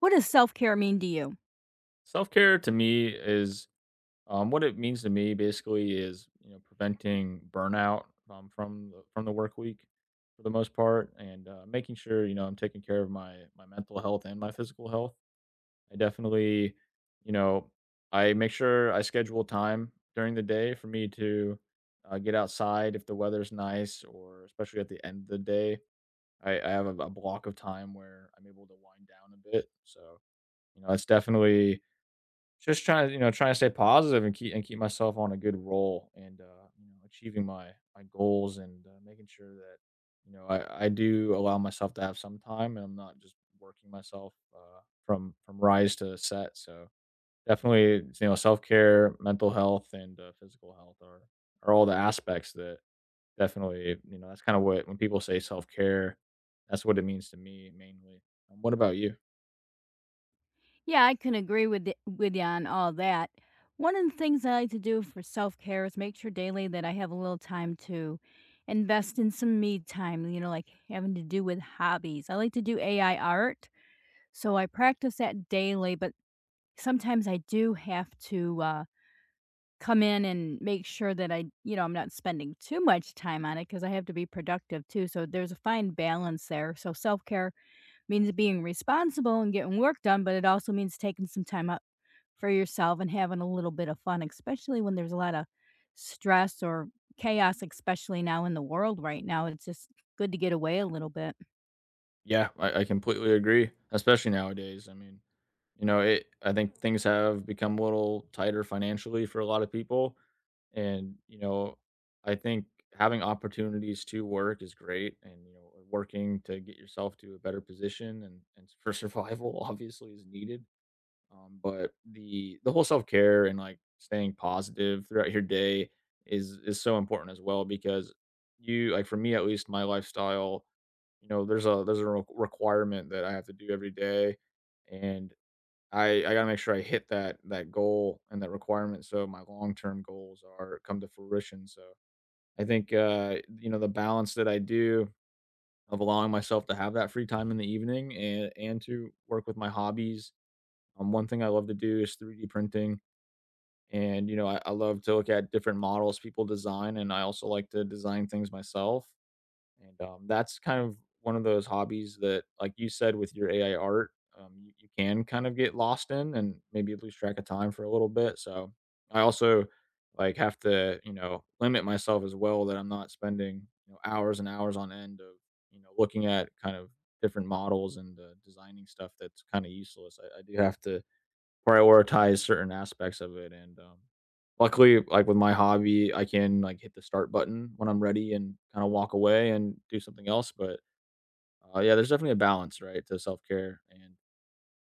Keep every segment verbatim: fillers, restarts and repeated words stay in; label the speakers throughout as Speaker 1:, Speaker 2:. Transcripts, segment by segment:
Speaker 1: What does self-care mean to you?
Speaker 2: Self care to me is um, what it means to me. Basically, is you know preventing burnout um, from the, from the work week for the most part, and uh, making sure you know I'm taking care of my my mental health and my physical health. I definitely, you know, I make sure I schedule time during the day for me to uh, get outside if the weather's nice, or especially at the end of the day. I, I have a, a block of time where I'm able to wind down a bit. So you know, it's definitely just trying to, you know, trying to stay positive and keep and keep myself on a good roll and, uh, you know, achieving my my goals and, uh, making sure that, you know, I I do allow myself to have some time and I'm not just working myself, uh, from from rise to set, so definitely, you know, self-care, mental health, and, uh, physical health are are all the aspects that definitely, you know, that's kinda what when people say self-care, that's what it means to me mainly. Um, What about you?
Speaker 1: Yeah, I can agree with y with you on all that. One of the things I like to do for self-care is make sure daily that I have a little time to invest in some me time, you know, like having to do with hobbies. I like to do A I art, so I practice that daily, but sometimes I do have to, uh, come in and make sure that I you know, I'm not spending too much time on it because I have to be productive too, so there's a fine balance there, so self-care means being responsible and getting work done, but it also means taking some time up for yourself and having a little bit of fun, especially when there's a lot of stress or chaos, especially now in the world right now. It's just good to get away a little bit.
Speaker 2: Yeah, I, I completely agree, especially nowadays. I mean, you know, it. I think things have become a little tighter financially for a lot of people, and you know, I think having opportunities to work is great, and you know, working to get yourself to a better position and and for survival obviously is needed. Um, but the the whole self care and like staying positive throughout your day is is so important as well because you like for me at least my lifestyle, you know, there's a there's a re- requirement that I have to do every day, and I I gotta make sure I hit that that goal and that requirement so my long term goals are come to fruition. So I think uh, you know the balance that I do of allowing myself to have that free time in the evening and and to work with my hobbies um, one thing I love to do is three D printing, and, you know, I I love to look at different models people design, and I also like to design things myself, and, um, that's kind of one of those hobbies that, like you said with your A I art, um, you you can kind of get lost in and maybe lose track of time for a little bit, so I also, like, have to, you know, limit myself as well that I'm not spending, you know, hours and hours on end of, you know, looking at kind of different models and, uh, designing stuff that's kinda useless. I I do have to prioritize certain aspects of it and um luckily like with my hobby I can like hit the start button when I'm ready and kind of walk away and do something else but uh, yeah there's definitely a balance right to self-care and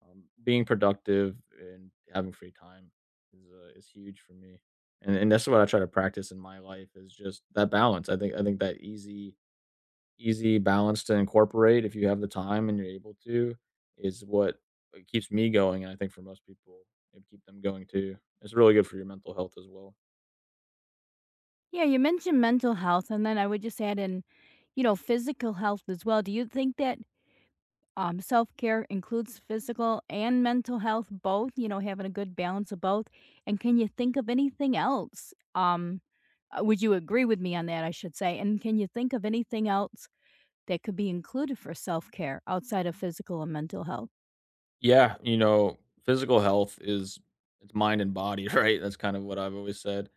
Speaker 2: um, being productive and having free time is uh, is huge for me and and that's what I try to practice in my life is just that balance i think I think that easy easy balance to incorporate if you have the time and you're able to is what what keeps me going, and I think for most people, it'd keep them going too. It's really good for your mental health as well.
Speaker 1: Yeah, you mentioned mental health, and then I would just add in, you know, physical health as well. Do you think that Um, self care includes physical and mental health, both, you know, having a good balance of both. And can you think of anything else? Um, uh, would you agree with me on that? I should say. And can you think of anything else that could be included for self care outside of physical and mental health?
Speaker 2: Yeah, you know, physical health is it's mind and body, right? That's kind of what I've always said.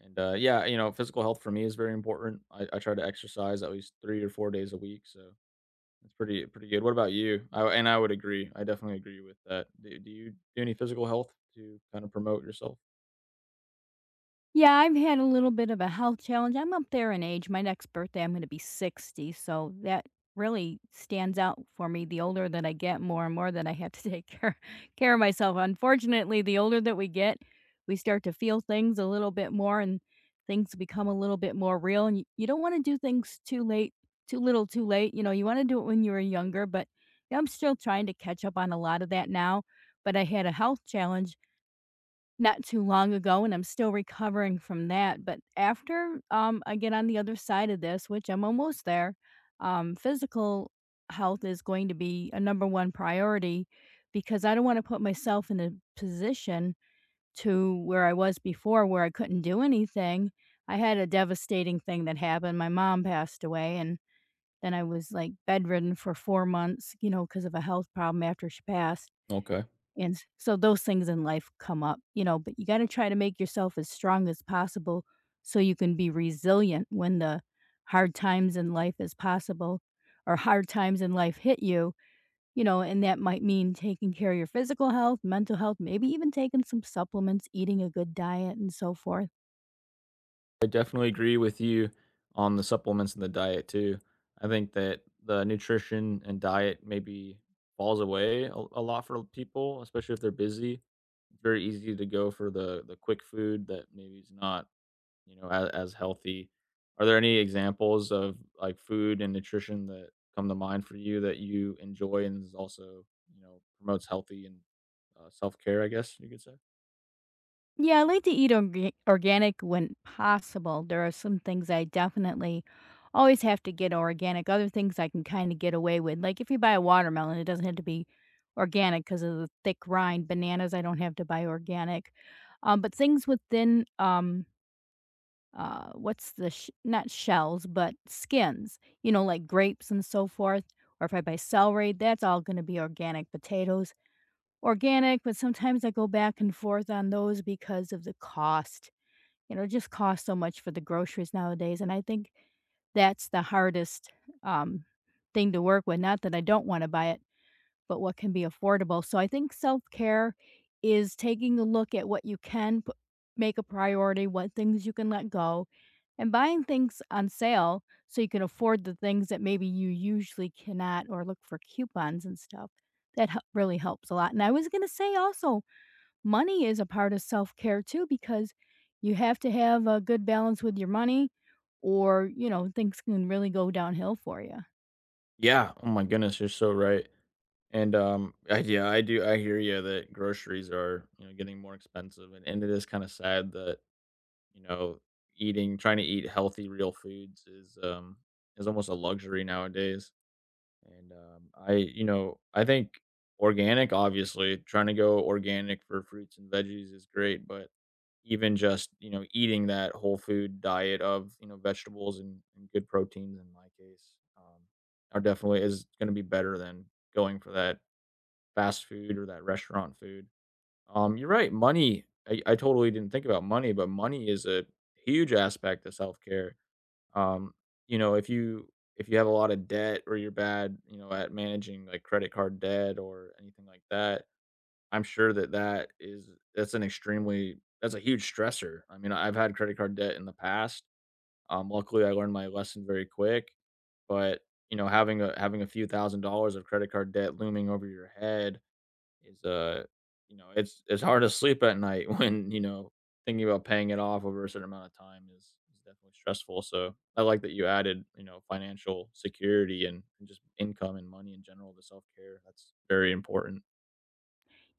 Speaker 2: And uh, yeah, you know, physical health for me is very important. I, I try to exercise at least three or four days a week, so it's pretty pretty good. What about you? I, and I would agree. I definitely agree with that. Do, do you do any physical health to kind of promote yourself?
Speaker 1: Yeah, I've had a little bit of a health challenge. I'm up there in age. My next birthday, I'm going to be sixty. So that really stands out for me. The older that I get, more and more that I have to take care, care of myself. Unfortunately, the older that we get, we start to feel things a little bit more and things become a little bit more real. And you, you don't want to do things too late, too little, too late. You know, you want to do it when you were younger, but yeah, I'm still trying to catch up on a lot of that now. But I had a health challenge not too long ago, and I'm still recovering from that. But after um, I get on the other side of this, which I'm almost there, um, physical health is going to be a number one priority because I don't want to put myself in a position to where I was before, where I couldn't do anything. I had a devastating thing that happened. My mom passed away, and then I was like bedridden for four months, you know, because of a health problem after she passed,
Speaker 2: Okay.
Speaker 1: and s so those things in life come up, you know, but you gotta try to make yourself as strong as possible so you can be resilient when the hard times in life is possible or hard times in life hit you, you know, and that might mean taking care of your physical health, mental health, maybe even taking some supplements, eating a good diet, and so forth.
Speaker 2: I definitely agree with you on the supplements and the diet too. I think that the nutrition and diet maybe falls away a, a lot for people, especially if they're busy. It's very easy to go for the the quick food that maybe is not, you know, as, as healthy. Are there any examples of like food and nutrition that come to mind for you that you enjoy and is also, you know, promotes healthy and uh, self care? I guess you could say.
Speaker 1: Yeah, I like to eat orga organic when possible. There are some things I definitely always have to get organic. Other things I can kinda get away with. Like, if you buy a watermelon, it doesn't have to be organic because of the thick rind. Bananas, I don't have to buy organic. Um, but things within, um, uh, what's the sh not shells, but skins, you know, like grapes and so forth, or if I buy celery, that's all gonna be organic. Potatoes, organic, but sometimes I go back and forth on those because of the cost. You know, it just costs so much for the groceries nowadays, and I think that's the hardest, um, thing to work with, not that I don't wanna buy it, but what can be affordable. So I think self-care is taking a look at what you can p make a priority, what things you can let go, and buying things on sale so you can afford the things that maybe you usually cannot or look for coupons and stuff. That hel really helps a lot, and I was gonna say also, money is a part of self-care too because you have to have a good balance with your money or, you know, things can really go downhill for you.
Speaker 2: Yeah. Oh my goodness, you're so right. And, um, I yeah, I do I hear you that groceries are, you know, getting more expensive, and and it is kinda sad that, you know, eating trying to eat healthy, real foods is, um, is almost a luxury nowadays, and, um, I you know, I think organic, obviously, trying to go organic for fruits and veggies is great, but even just, you know, eating that whole food diet of, you know, vegetables and and good proteins in my case, um, are definitely is gonna be better than going for that fast food or that restaurant food. Um, you're right. Money, I, I totally didn't think about money, but money is a huge aspect of self care. Um, you know, if you if you have a lot of debt or you're bad, you know, at managing like credit card debt or anything like that, I'm sure that that is that's an extremely that's a huge stressor. I mean, I've had credit card debt in the past. Um, luckily, I learned my lesson very quick, but you know, having a having a few thousand dollars of credit card debt looming over your head is uh, you know, it's it's hard to sleep at night when, you know, thinking about paying it off over a certain amount of time is is definitely stressful, so I like that you added, you know, financial security and and just income and money in general to self-care, that's very important.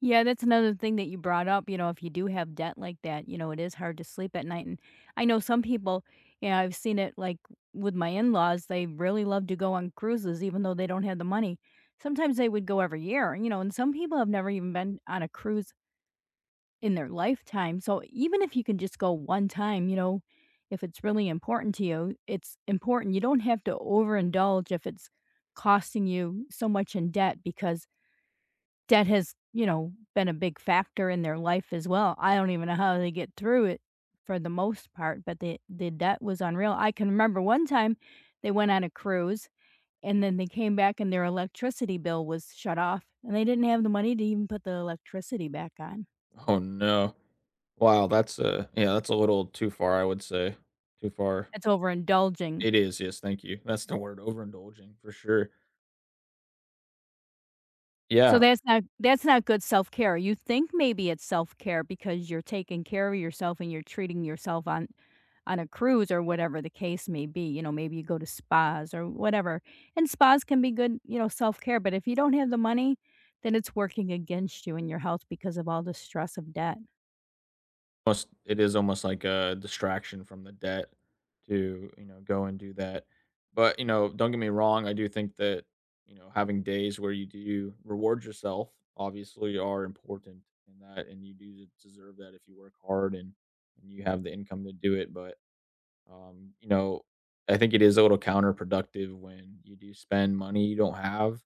Speaker 1: Yeah, that's another thing that you brought up, you know, if you do have debt like that, you know, it is hard to sleep at night, and I know some people, you know, I've seen it, like, with my in-laws, they really love to go on cruises even though they don't have the money. Sometimes they would go every year, you know, and some people have never even been on a cruise in their lifetime, so even if you can just go one time, you know, if it's really important to you, it's important. You don't have to overindulge if it's costing you so much in debt because debt has, you know, been a big factor in their life as well. I don't even know how they get through it for the most part, but the the debt was unreal. I can remember one time they went on a cruise and then they came back and their electricity bill was shut off and they didn't have the money to even put the electricity back on.
Speaker 2: Oh, no. Wow, that's a yeah, that's a little too far, I would say. Too far.
Speaker 1: That's overindulging.
Speaker 2: It is, yes, thank you. That's the word, overindulging, for sure.
Speaker 1: So
Speaker 2: Yeah.
Speaker 1: that's not that's not good self-care. You think maybe it's self-care because you're taking care of yourself and you're treating yourself on on a cruise or whatever the case may be. You know, maybe you go to spas or whatever. And spas can be good, you know, self-care, but if you don't have the money, then it's working against you and your health because of all the stress of debt.
Speaker 2: Almost it is almost like a distraction from the debt to you know go and do that but you know don't get me wrong I do think that you know having days where you do reward yourself obviously are important in that and you do deserve that if you work hard and, and you have the income to do it but um you know I think it is a little counterproductive when you do spend money you don't have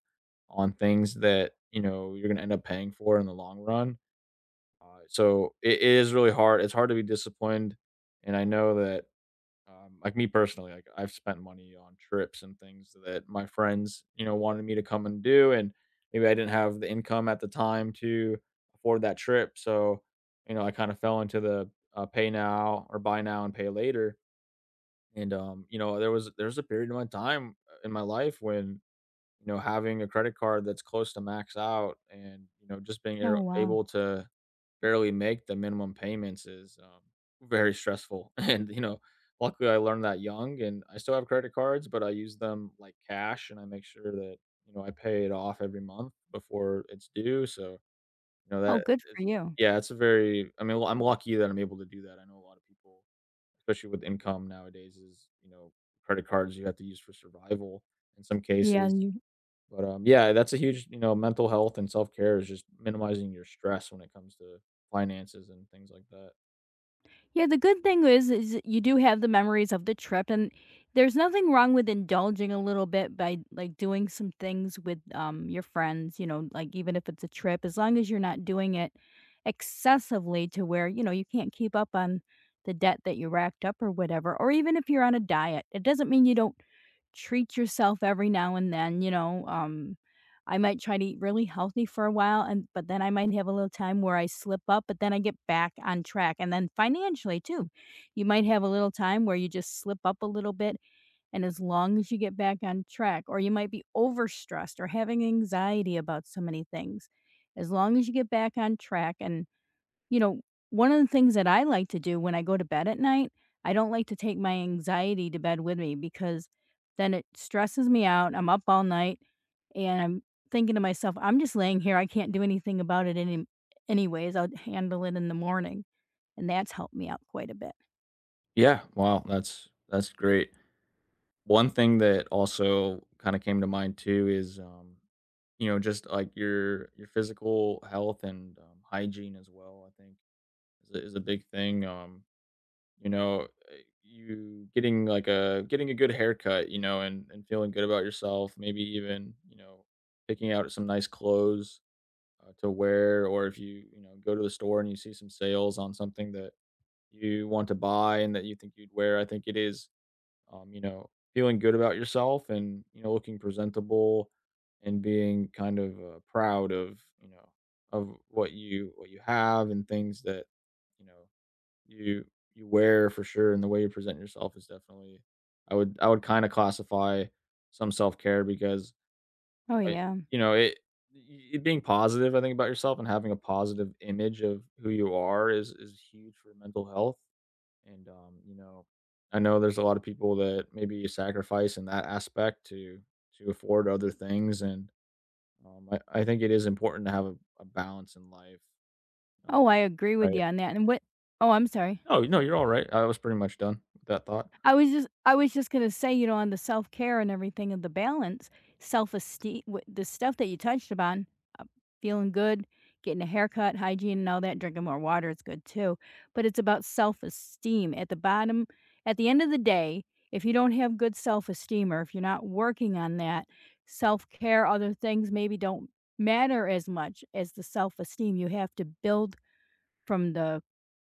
Speaker 2: on things that you know you're going to end up paying for in the long run. Uh, so it it is really hard. It's hard to be disciplined, and I know that, um, like me personally, like I've spent money on trips and things that my friends, you know, wanted me to come and do, and maybe I didn't have the income at the time to afford that trip. So, you know, I kind of fell into the uh, pay now or buy now and pay later. And um, you know, there was there was a period in my time uh, in my life when you know, having a credit card that's close to max out and, you know, just being
Speaker 1: Oh,
Speaker 2: ar-
Speaker 1: wow.
Speaker 2: able to barely make the minimum payments is um, very stressful. And, you know, luckily I learned that young and I still have credit cards, but I use them like cash and I make sure that, you know, I pay it off every month before it's due. So, you know,
Speaker 1: Oh,
Speaker 2: that
Speaker 1: good
Speaker 2: is,
Speaker 1: for you.
Speaker 2: yeah, it's a very, I mean, well, I'm lucky that I'm able to do that. I know a lot of people, especially with income nowadays, is, you know, credit cards you have to use for survival in some
Speaker 1: Yeah,
Speaker 2: cases
Speaker 1: you.
Speaker 2: but, um, yeah, that's a huge you know, mental health and self-care is just minimizing your stress when it comes to finances and things like that.
Speaker 1: Yeah, the good thing is is you do have the memories of the trip, and there's nothing wrong with indulging a little bit by, like, doing some things with, um, your friends, you know, like, even if it's a trip, as long as you're not doing it excessively to where, you know, you can't keep up on the debt that you racked up or whatever, or even if you're on a diet, it doesn't mean you don't treat yourself every now and then, you know, um, I might try to eat really healthy for a while and but then I might have a little time where I slip up, but then I get back on track. And then financially too. You might have a little time where you just slip up a little bit and as long as you get back on track or you might be overstressed or having anxiety about so many things. As long as you get back on track and you know, one of the things that I like to do when I go to bed at night, I don't like to take my anxiety to bed with me because then it stresses me out. I'm up all night and I'm thinking to myself, I'm just laying here. I can't do anything about it any anyways. I'll handle it in the morning. And that's helped me out quite a bit.
Speaker 2: Yeah, wow, that's that's great. One thing that also kinda came to mind too is, um, you know, just, like, your your physical health and, um, hygiene as well, I think is a is a big thing, um, you know, uh, you getting, like, a getting a good haircut, you know, and and feeling good about yourself, maybe even, you know, picking out some nice clothes, uh, to wear or if you, you know, go to the store and you see some sales on something that you want to buy and that you think you'd wear. I think it is, um, you know, feeling good about yourself and, you know, looking presentable and being kind of uh, proud of, you know, of what you what you have and things that, you know, you you wear for sure and the way you present yourself is definitely I would I would kind of classify some self-care because uh,
Speaker 1: Oh
Speaker 2: I
Speaker 1: yeah.
Speaker 2: you know, it y y being positive, I think, about yourself and having a positive image of who you are is is huge for mental health, and, um, you know, I know there's a lot of people that maybe sacrifice in that aspect to to afford other things, and, um, I I think it is important to have a a balance in life, uh,
Speaker 1: Oh, I agree with you
Speaker 2: right?
Speaker 1: on that. And what. Oh, I'm sorry.
Speaker 2: No, no, you're alright. I was pretty much done with that thought.
Speaker 1: I was just I was just gonna say, you know, on the self-care and everything and the balance, self-esteem, the stuff that you touched upon, uh, feeling good, getting a haircut, hygiene and all that, drinking more water is good too. But it's about self-esteem. At the bottom, at the end of the day, if you don't have good self-esteem or if you're not working on that, self-care, other things maybe don't matter as much as the self-esteem. You have to build from the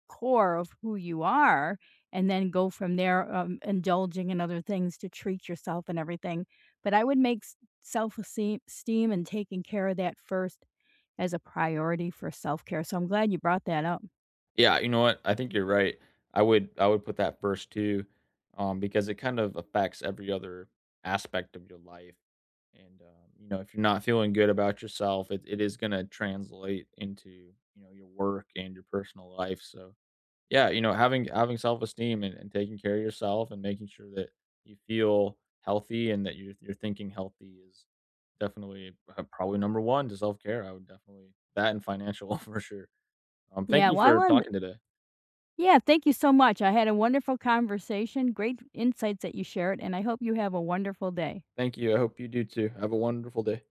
Speaker 1: core of who you are and then go from there, um, indulging in other things to treat yourself and everything. But I would make self-esteem esteem and taking care of that first as a priority for self-care, so I'm glad you brought that up.
Speaker 2: Yeah, you know what? I think you're right. I would I would put that first too, um, because it kind of affects every other aspect of your life. And um, you know, if you're not feeling good about yourself, it, it is gonna translate into, you know, your work and your personal life. So yeah, you know, having having self-esteem and, and taking care of yourself and making sure that you feel healthy and that you're you're thinking healthy is definitely uh, probably number one to self-care. I would definitely that and financial for sure. Um, thank
Speaker 1: Yeah,
Speaker 2: you
Speaker 1: well, I
Speaker 2: for
Speaker 1: wanted
Speaker 2: talking today.
Speaker 1: Yeah, thank you so much. I had a wonderful conversation, great insights that you shared, and I hope you have a wonderful day.
Speaker 2: Thank you. I hope you do too. Have a wonderful day.